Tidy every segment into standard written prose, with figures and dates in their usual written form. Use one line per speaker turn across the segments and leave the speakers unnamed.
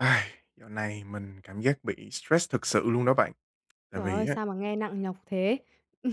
Ai, dạo này mình cảm giác bị stress thực sự luôn đó bạn. Tại
Trời ơi,
vì á,
sao mà nghe nặng nhọc thế?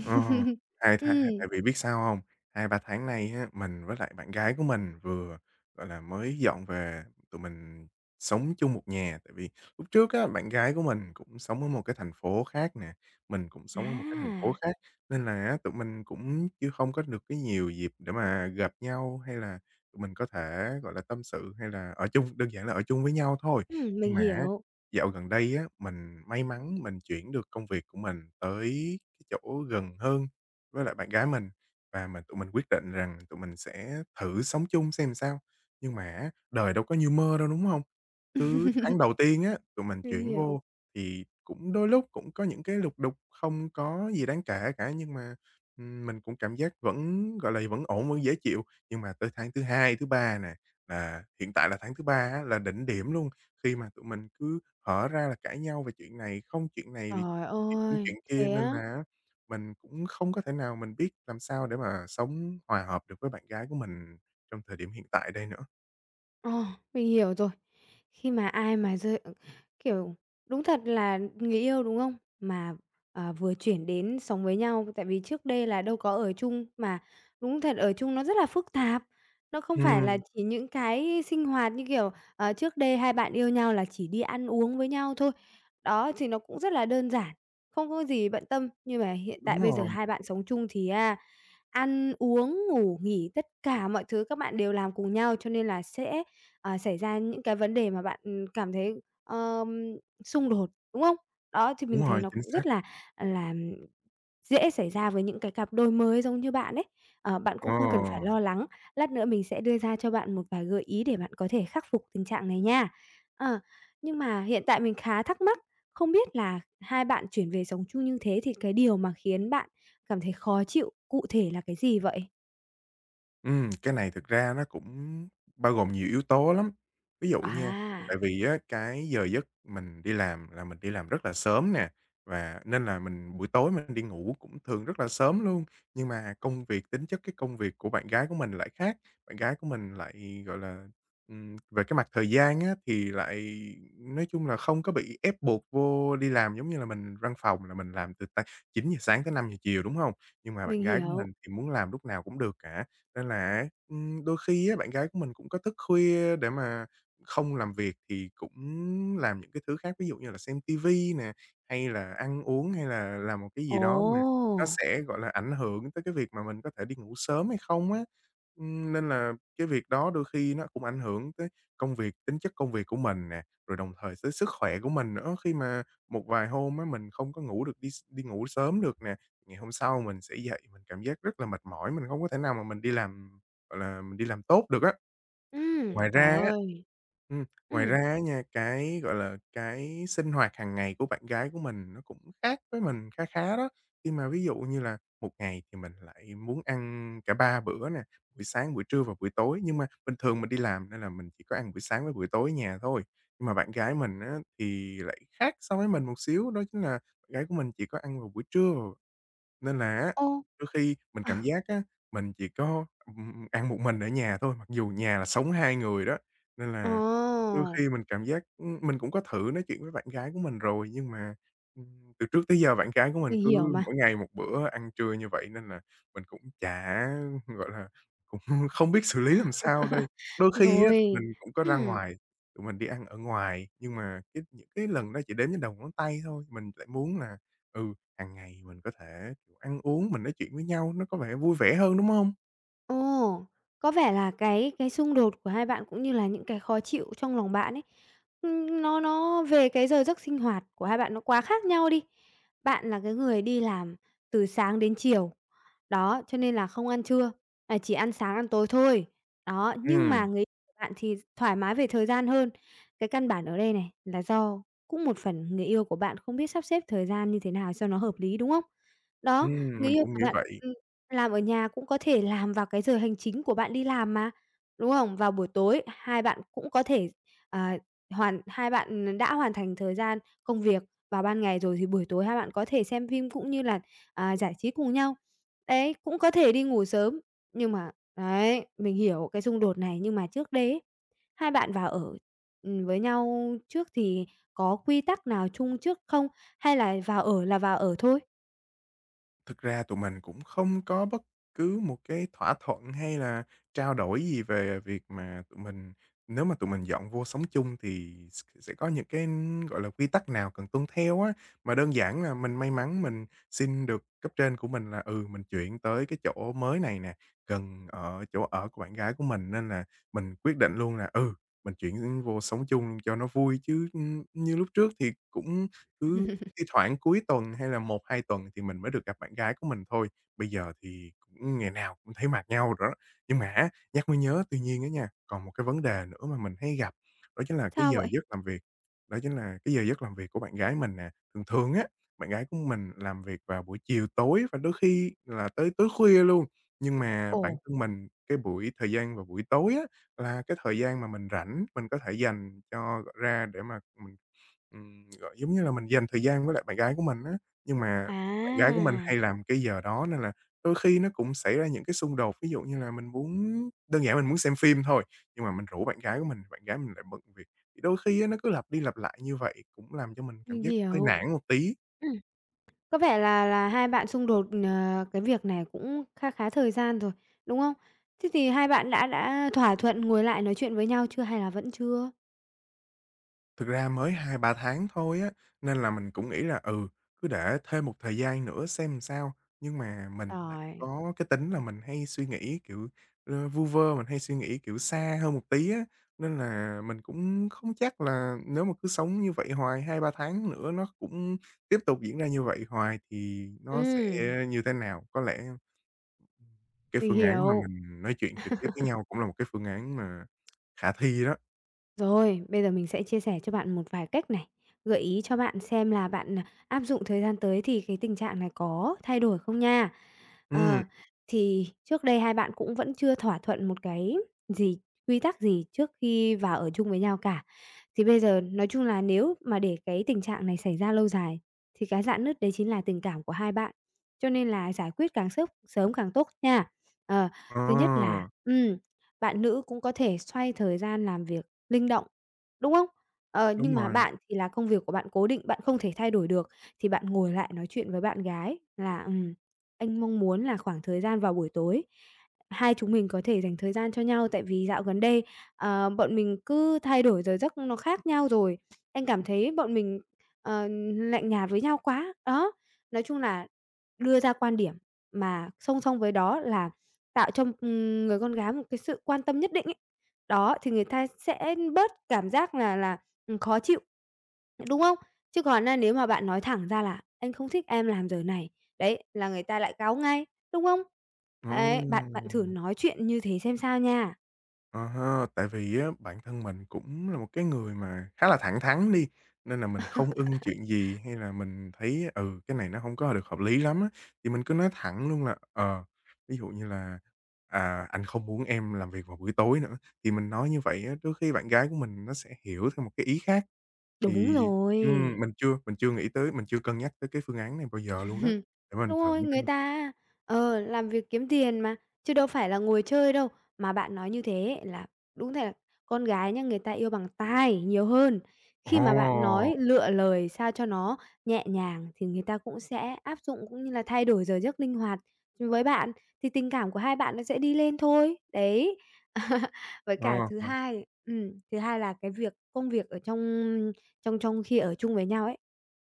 Ờ, 2 tháng,
Ừm,
tại vì biết sao hông? 2-3 tháng nay á, mình với lại bạn gái của mình vừa, gọi là, mới dọn về, tụi mình sống chung một nhà. Tại vì lúc trước á, bạn gái của mình cũng sống ở một cái thành phố khác nè, mình cũng sống ở một cái thành phố
à,
khác, nên là á, tụi mình cũng chưa không có được cái nhiều dịp để mà gặp nhau, hay là tụi mình có thể, gọi là, tâm sự hay là ở chung, đơn giản là ở chung với nhau thôi.
mình
Nhưng mà á,
hiểu.
dạo gần đây á, mình may mắn mình chuyển được công việc của mình tới cái chỗ gần hơn với lại bạn gái mình và tụi mình quyết định rằng tụi mình sẽ thử sống chung xem sao. Nhưng mà á, đời đâu có như mơ đâu, đúng không? Cứ tháng đầu tiên á, tụi mình
Mình
chuyển
hiểu.
vô thì cũng đôi lúc cũng có những cái lục đục không có gì đáng kể cả, nhưng mà, mình cũng cảm giác vẫn, gọi là, vẫn ổn, vẫn dễ chịu. Nhưng mà tới tháng thứ hai, thứ ba nè, là hiện tại là tháng thứ ba á, là đỉnh điểm luôn, khi mà tụi mình cứ hở ra là cãi nhau về chuyện này, không chuyện này vì
Trời
thì cũng
ơi,
chuyện kia
thế
nên
á?
là mình cũng không có thể nào mình biết làm sao để mà sống hòa hợp được với bạn gái của mình trong thời điểm hiện tại đây nữa.
Ờ, mình hiểu rồi. Khi mà ai mà rơi kiểu, đúng thật là người yêu, đúng không? Mà, vừa chuyển đến sống với nhau, tại vì trước đây là đâu có ở chung, mà đúng thật ở chung nó rất là phức tạp. Nó không phải là
Ừm,
chỉ những cái sinh hoạt như kiểu, trước đây hai bạn yêu nhau là chỉ đi ăn uống với nhau thôi. Đó, thì nó cũng rất là đơn giản, không có gì bận tâm. Nhưng mà hiện tại
đúng
bây giờ
rồi,
hai bạn sống chung thì á, ăn uống, ngủ nghỉ, tất cả mọi thứ các bạn đều làm cùng nhau, cho nên là sẽ xảy ra những cái vấn đề mà bạn, cảm thấy, xung đột, đúng không? Đó, thì
đúng
mình thấy
rồi,
nó
chính
cũng
xác.
rất là dễ xảy ra với những cái cặp đôi mới giống như bạn ấy. Ờ, bạn
Ờ.
cũng không cần phải lo lắng, lát nữa mình sẽ đưa ra cho bạn một vài gợi ý để bạn có thể khắc phục tình trạng này nha. Ờ, nhưng mà hiện tại mình khá thắc mắc, không biết là hai bạn chuyển về sống chung như thế thì cái điều mà khiến bạn cảm thấy khó chịu cụ thể là cái gì vậy?
Cái này thực ra nó cũng bao gồm nhiều yếu tố lắm. Ví dụ nha,
À,
tại vì á, cái giờ giấc mình đi làm là mình đi làm rất là sớm nè, và nên là mình buổi tối mình đi ngủ cũng thường rất là sớm luôn. Nhưng mà công việc tính chất cái công việc của bạn gái của mình lại khác, bạn gái của mình lại, gọi là, về cái mặt thời gian á, thì lại nói chung là không có bị ép buộc vô đi làm giống như là mình văn phòng là mình làm từ 9 giờ sáng tới 5 giờ chiều, đúng không? Nhưng mà bạn
mình
gái của
hiểu.
mình thì muốn làm lúc nào cũng được cả. Nên là đôi khi á, bạn gái của mình cũng có thức khuya để mà không làm việc thì cũng làm những cái thứ khác, ví dụ như là xem ti nè, hay là ăn uống, hay là làm một cái gì
Ồ!
đó mà nó sẽ, gọi là, ảnh hưởng tới cái việc mà mình có thể đi ngủ sớm hay không á. Nên là cái việc đó đôi khi nó cũng ảnh hưởng tới công việc tính chất công việc của mình nè, rồi đồng thời tới sức khỏe của mình nữa, khi mà một vài hôm á, mình không có ngủ được đi đi ngủ sớm được nè. Ngày hôm sau mình sẽ dậy mình cảm giác rất là mệt mỏi, mình không có thể nào mà mình đi làm, gọi là, mình đi làm tốt được á. Ngoài ra
Trời
á
ơi!
ừm, ngoài
Ừm.
ra á nha, cái, gọi là, cái sinh hoạt hàng ngày của bạn gái của mình nó cũng khác với mình kha khá đó. Khi mà ví dụ như là một ngày thì mình lại muốn ăn cả 3 bữa nè, buổi sáng, buổi trưa và buổi tối, nhưng mà bình thường mình đi làm nên là mình chỉ có ăn buổi sáng với buổi tối ở nhà thôi. Nhưng mà bạn gái mình á thì lại khác so với mình một xíu, đó chính là bạn gái của mình chỉ có ăn vào buổi trưa và nên là á,
Ô.
đôi khi mình cảm giác á, mình chỉ có, ăn một mình ở nhà thôi, mặc dù nhà là sống 2 người đó, nên
Ồ,
là đôi khi mình cảm giác mình cũng có thử nói chuyện với bạn gái của mình rồi, nhưng mà, từ trước tới giờ bạn gái của mình
mình
cứ
hiểu mà.
mỗi ngày một bữa ăn trưa như vậy nên là mình cũng chả, gọi là, cũng không biết xử lý làm sao đây. Đôi khi á, tụi
Rồi,
mình cũng có ra
ừm,
ngoài, tụi mình đi ăn ở ngoài, nhưng mà cái những cái lần đó chỉ đếm trên đầu ngón tay thôi. Mình lại muốn là, ừ, hàng ngày mình có thể, kiểu, ăn uống, mình nói chuyện với nhau nó có vẻ vui vẻ hơn, đúng không?
ồ, có vẻ là cái xung đột của hai bạn cũng như là những cái khó chịu trong lòng bạn ấy, nó về cái giờ giấc sinh hoạt của hai bạn nó quá khác nhau đi. Bạn là cái người đi làm từ sáng đến chiều. Đó, cho nên là không ăn trưa, chỉ ăn sáng, ăn tối thôi. Đó, nhưng mà
Ừm,
người yêu của bạn thì thoải mái về thời gian hơn. Cái căn bản ở đây này là do cũng một phần người yêu của bạn không biết sắp xếp thời gian như thế nào cho nó hợp lý, đúng không? Đó, người
mình
yêu
cũng nghĩ
của bạn
vậy.
làm ở nhà cũng có thể làm vào cái giờ hành chính của bạn đi làm mà, đúng không? Vào buổi tối hai bạn cũng có thể, à, hai bạn đã hoàn thành thời gian công việc vào ban ngày rồi thì buổi tối hai bạn có thể xem phim cũng như là, giải trí cùng nhau. Đấy, cũng có thể đi ngủ sớm, nhưng mà đấy, mình hiểu cái xung đột này, nhưng mà trước đấy ấy, hai bạn vào ở, với nhau trước thì có quy tắc nào chung trước không? Hay là vào ở thôi?
Thực ra tụi mình cũng không có bất cứ một cái thỏa thuận hay là trao đổi gì về việc mà tụi mình nếu mà tụi mình dọn vô sống chung thì sẽ có những cái, gọi là, quy tắc nào cần tuân theo á. Mà đơn giản là mình may mắn mình xin được cấp trên của mình là, ừ, mình chuyển tới cái chỗ mới này nè, gần ở chỗ ở của bạn gái của mình nên là mình quyết định luôn là, ừ, mình chuyển vô sống chung cho nó vui chứ, như lúc trước thì cũng cứ thi thoảng cuối tuần hay là 1-2 tuần thì mình mới được gặp bạn gái của mình thôi, bây giờ thì cũng ngày nào cũng thấy mặt nhau rồi đó. Nhưng mà á, nhắc mới nhớ, tuy nhiên á nha, còn một cái vấn đề nữa mà mình hay gặp, đó chính là cái
Sao
giờ
vậy?
giấc làm việc, đó chính là cái giờ giấc làm việc của bạn gái mình nè. Thường thường á, bạn gái của mình làm việc vào buổi chiều tối và đôi khi là tới tối khuya luôn, nhưng mà bản
Ồ,
thân mình, cái buổi thời gian vào buổi tối á, là cái thời gian mà mình rảnh, mình có thể dành cho ra để mà mình gọi, giống như là, mình dành thời gian với lại bạn gái của mình á, nhưng mà bạn gái của mình
à,
hay làm cái giờ đó nên là đôi khi nó cũng xảy ra những cái xung đột. Ví dụ như là mình muốn đơn giản mình muốn xem phim thôi, nhưng mà mình rủ bạn gái của mình, bạn gái mình lại bận việc. Thì đôi khi á, nó cứ lặp đi lặp lại như vậy cũng làm cho mình cảm
mình
giác hơi
hiểu.
nản một tí.
Ừm, có vẻ là hai bạn xung đột, cái việc này cũng kha khá thời gian rồi, đúng không? Thế thì hai bạn đã thỏa thuận ngồi lại nói chuyện với nhau chưa hay là vẫn chưa?
Thực ra mới 2-3 tháng thôi á, nên là mình cũng nghĩ là, ừ, cứ để thêm một thời gian nữa xem làm sao. Nhưng mà mình lại
Rồi,
có cái tính là mình hay suy nghĩ, kiểu, vu vơ, mình hay suy nghĩ, kiểu, xa hơn một tí á, nên là mình cũng không chắc là nếu mà cứ sống như vậy hoài, 2-3 tháng nữa nó cũng tiếp tục diễn ra như vậy hoài thì nó sẽ
ừm,
như thế nào. Có lẽ cái
mình
phương án mà
hiểu.
mình nói chuyện trực tiếp với nhau cũng là một cái phương án mà khả thi đó.
Rồi, bây giờ mình sẽ chia sẻ cho bạn một vài cách này, gợi ý cho bạn xem là bạn, áp dụng thời gian tới thì cái tình trạng này có thay đổi không nha.
Ừm,
Ờ, thì trước đây hai bạn cũng vẫn chưa thỏa thuận một cái gì, quy tắc gì trước khi vào ở chung với nhau cả. Thì bây giờ nói chung là nếu mà để cái tình trạng này xảy ra lâu dài thì cái rạn nứt đấy chính là tình cảm của hai bạn, cho nên là giải quyết càng sớm sớm càng tốt nha. Ờ, thứ nhất là
ờ,
ừm, bạn nữ cũng có thể xoay thời gian làm việc linh động, đúng không? Ờ,
đúng
nhưng mà
rồi.
bạn thì là công việc của bạn cố định, bạn không thể thay đổi được, thì bạn ngồi lại nói chuyện với bạn gái là, "Anh mong muốn là khoảng thời gian vào buổi tối, hai chúng mình có thể dành thời gian cho nhau, tại vì dạo gần đây, bọn mình cứ thay đổi giờ giấc nó khác nhau rồi. Anh cảm thấy bọn mình, ờ, lạnh nhạt với nhau quá." Đó, nói chung là đưa ra quan điểm, mà song song với đó là tạo cho, người con gái một cái sự quan tâm nhất định ấy. Đó, thì người ta sẽ bớt cảm giác là khó chịu, đúng không? Chứ còn á nếu mà bạn nói thẳng ra là "Anh không thích em làm giờ này", đấy, là người ta lại cáu ngay, đúng không? Ấy, bạn bạn thử
Ừm,
nói chuyện như thế xem sao nha.
À ha, tại vì á, bản thân mình cũng là một cái người mà khá là thẳng thắn đi, nên là mình không ưng chuyện gì hay là mình thấy, ừ, cái này nó không có được hợp lý lắm á, thì mình cứ nói thẳng luôn là, ờ, ví dụ như là, "Anh không muốn em làm việc vào buổi tối nữa." Thì mình nói như vậy á, đôi khi bạn gái của mình nó sẽ hiểu theo một cái ý khác. Thì,
Đúng rồi.
mình chưa nghĩ tới, mình chưa cân nhắc tới cái phương án này bao giờ luôn đó để mình
Đúng
thử.
rồi, người ta làm việc kiếm tiền mà, chứ đâu phải là ngồi chơi đâu. Mà bạn nói như thế là đúng thật là con gái nhá, người ta yêu bằng tai nhiều hơn. Khi mà bạn
Ồ,
nói lựa lời sao cho nó nhẹ nhàng thì người ta cũng sẽ áp dụng, cũng như là thay đổi giờ giấc linh hoạt với bạn, thì tình cảm của hai bạn nó sẽ đi lên thôi, đấy. Với
ờ,
cả
ờ,
thứ hai là cái việc công việc ở trong trong trong khi ở chung với nhau ấy,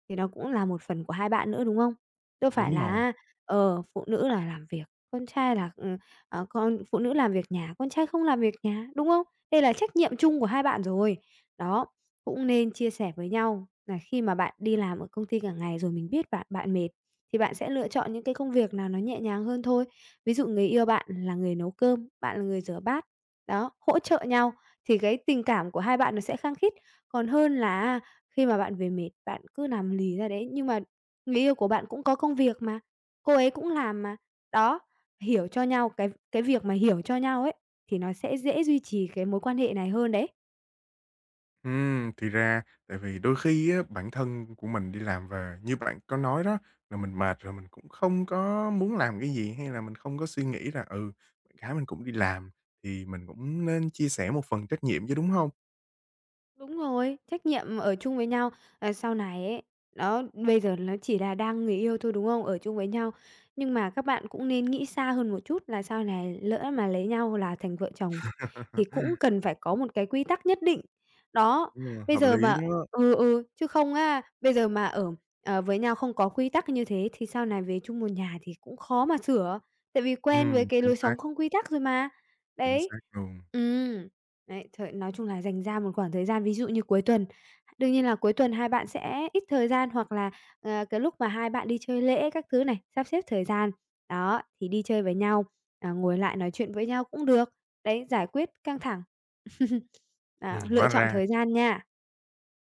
thì nó cũng là một phần của hai bạn nữa, đúng không? Đâu phải
đúng rồi.
là phụ nữ là làm việc, con trai là, ờ, con phụ nữ làm việc nhà, con trai không làm việc nhà, đúng không? Đây là trách nhiệm chung của hai bạn rồi. Đó, cũng nên chia sẻ với nhau là khi mà bạn đi làm ở công ty cả ngày rồi mình biết bạn bạn mệt, thì bạn sẽ lựa chọn những cái công việc nào nó nhẹ nhàng hơn thôi. Ví dụ người yêu bạn là người nấu cơm, bạn là người rửa bát, đó, hỗ trợ nhau thì cái tình cảm của hai bạn nó sẽ khăng khít. Còn hơn là khi mà bạn về mệt, bạn cứ nằm lì ra đấy, nhưng mà người yêu của bạn cũng có công việc mà, cô ấy cũng làm mà. Đó, hiểu cho nhau, cái việc mà hiểu cho nhau ấy, thì nó sẽ dễ duy trì cái mối quan hệ này hơn đấy.
Thì ra tại vì đôi khi á, bản thân của mình đi làm về như bạn có nói đó, là mình mệt rồi mình cũng không có muốn làm cái gì, hay là mình không có suy nghĩ là, ừ, bạn gái mình cũng đi làm thì mình cũng nên chia sẻ một phần trách nhiệm chứ, đúng không?
Đúng rồi, trách nhiệm ở chung với nhau, sau này ấy, đó, bây giờ nó chỉ là đang người yêu thôi, đúng không? Ở chung với nhau, nhưng mà các bạn cũng nên nghĩ xa hơn một chút là sau này lỡ mà lấy nhau là thành vợ chồng thì cũng cần phải có một cái quy tắc nhất định. Đó,
Đúng rồi,
bây
hợp
giờ mà
lý đó.
chứ không á, bây giờ mà ở, với nhau không có quy tắc như thế thì sau này về chung một nhà thì cũng khó mà sửa, tại vì quen với
Ừm,
cái
chính
lối
xác,
sống không quy tắc rồi mà.
chính
Đấy.
xác luôn.
ừ Đấy, nói chung là dành ra một khoảng thời gian, ví dụ như cuối tuần. Đương nhiên là cuối tuần hai bạn sẽ ít thời gian hoặc là, cái lúc mà hai bạn đi chơi lễ các thứ này, sắp xếp thời gian, đó, thì đi chơi với nhau, ngồi lại nói chuyện với nhau cũng được. Đấy, giải quyết căng thẳng.
Ừm,
Đó, lựa
hóa
chọn
ra
thời gian nha.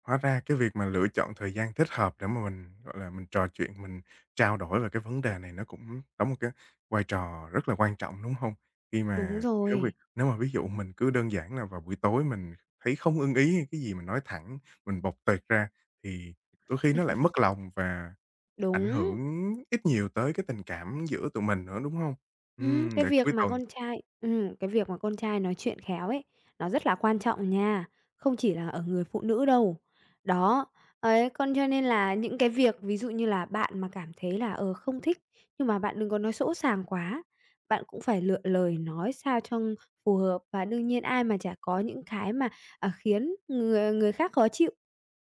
Hóa ra cái việc mà lựa chọn thời gian thích hợp để mà mình, gọi là, mình trò chuyện, mình trao đổi về cái vấn đề này nó cũng đóng một cái vai trò rất là quan trọng, đúng không? Khi
Đúng
mà
rồi,
nếu mà ví dụ mình cứ đơn giản là vào buổi tối mình thấy không ưng ý hay cái gì mình nói thẳng, mình bộc tuyệt ra thì đôi khi nó lại mất lòng và ảnh
đúng.
hưởng ít nhiều tới cái tình cảm giữa tụi mình nữa, đúng không? Để cuối tuần
Cái việc mà con trai nói chuyện khéo ấy, nó rất là quan trọng nha, không chỉ là ở người phụ nữ đâu. Đó, ấy, cho nên là những cái việc ví dụ như là bạn mà cảm thấy là, không thích, nhưng mà bạn đừng có nói sỗ sàng quá, bạn cũng phải lựa lời nói sao cho phù hợp. Và đương nhiên ai mà chả có những cái mà khiến người người khác khó chịu,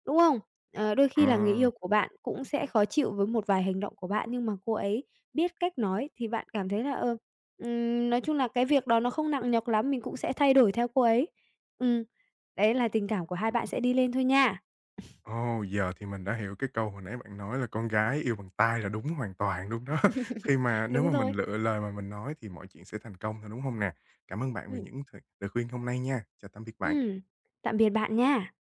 đúng không? Ờ, đôi
ờ.
khi là người yêu của bạn cũng sẽ khó chịu với một vài hành động của bạn, nhưng mà cô ấy biết cách nói thì bạn cảm thấy là, nói chung là cái việc đó nó không nặng nhọc lắm, mình cũng sẽ thay đổi theo cô ấy. Ừm, đấy là tình cảm của hai bạn sẽ đi lên thôi nha.
Ồ, giờ thì mình đã hiểu cái câu hồi nãy bạn nói là "Con gái yêu bằng tai" là đúng hoàn toàn luôn đó. Khi mà nếu
Đúng
mà mình
rồi.
lựa lời mà mình nói thì mọi chuyện sẽ thành công thôi, đúng không nè? Cảm ơn bạn vì
Ừm,
những lời khuyên hôm nay nha. Chào tạm biệt bạn.
ừm, tạm biệt bạn nha.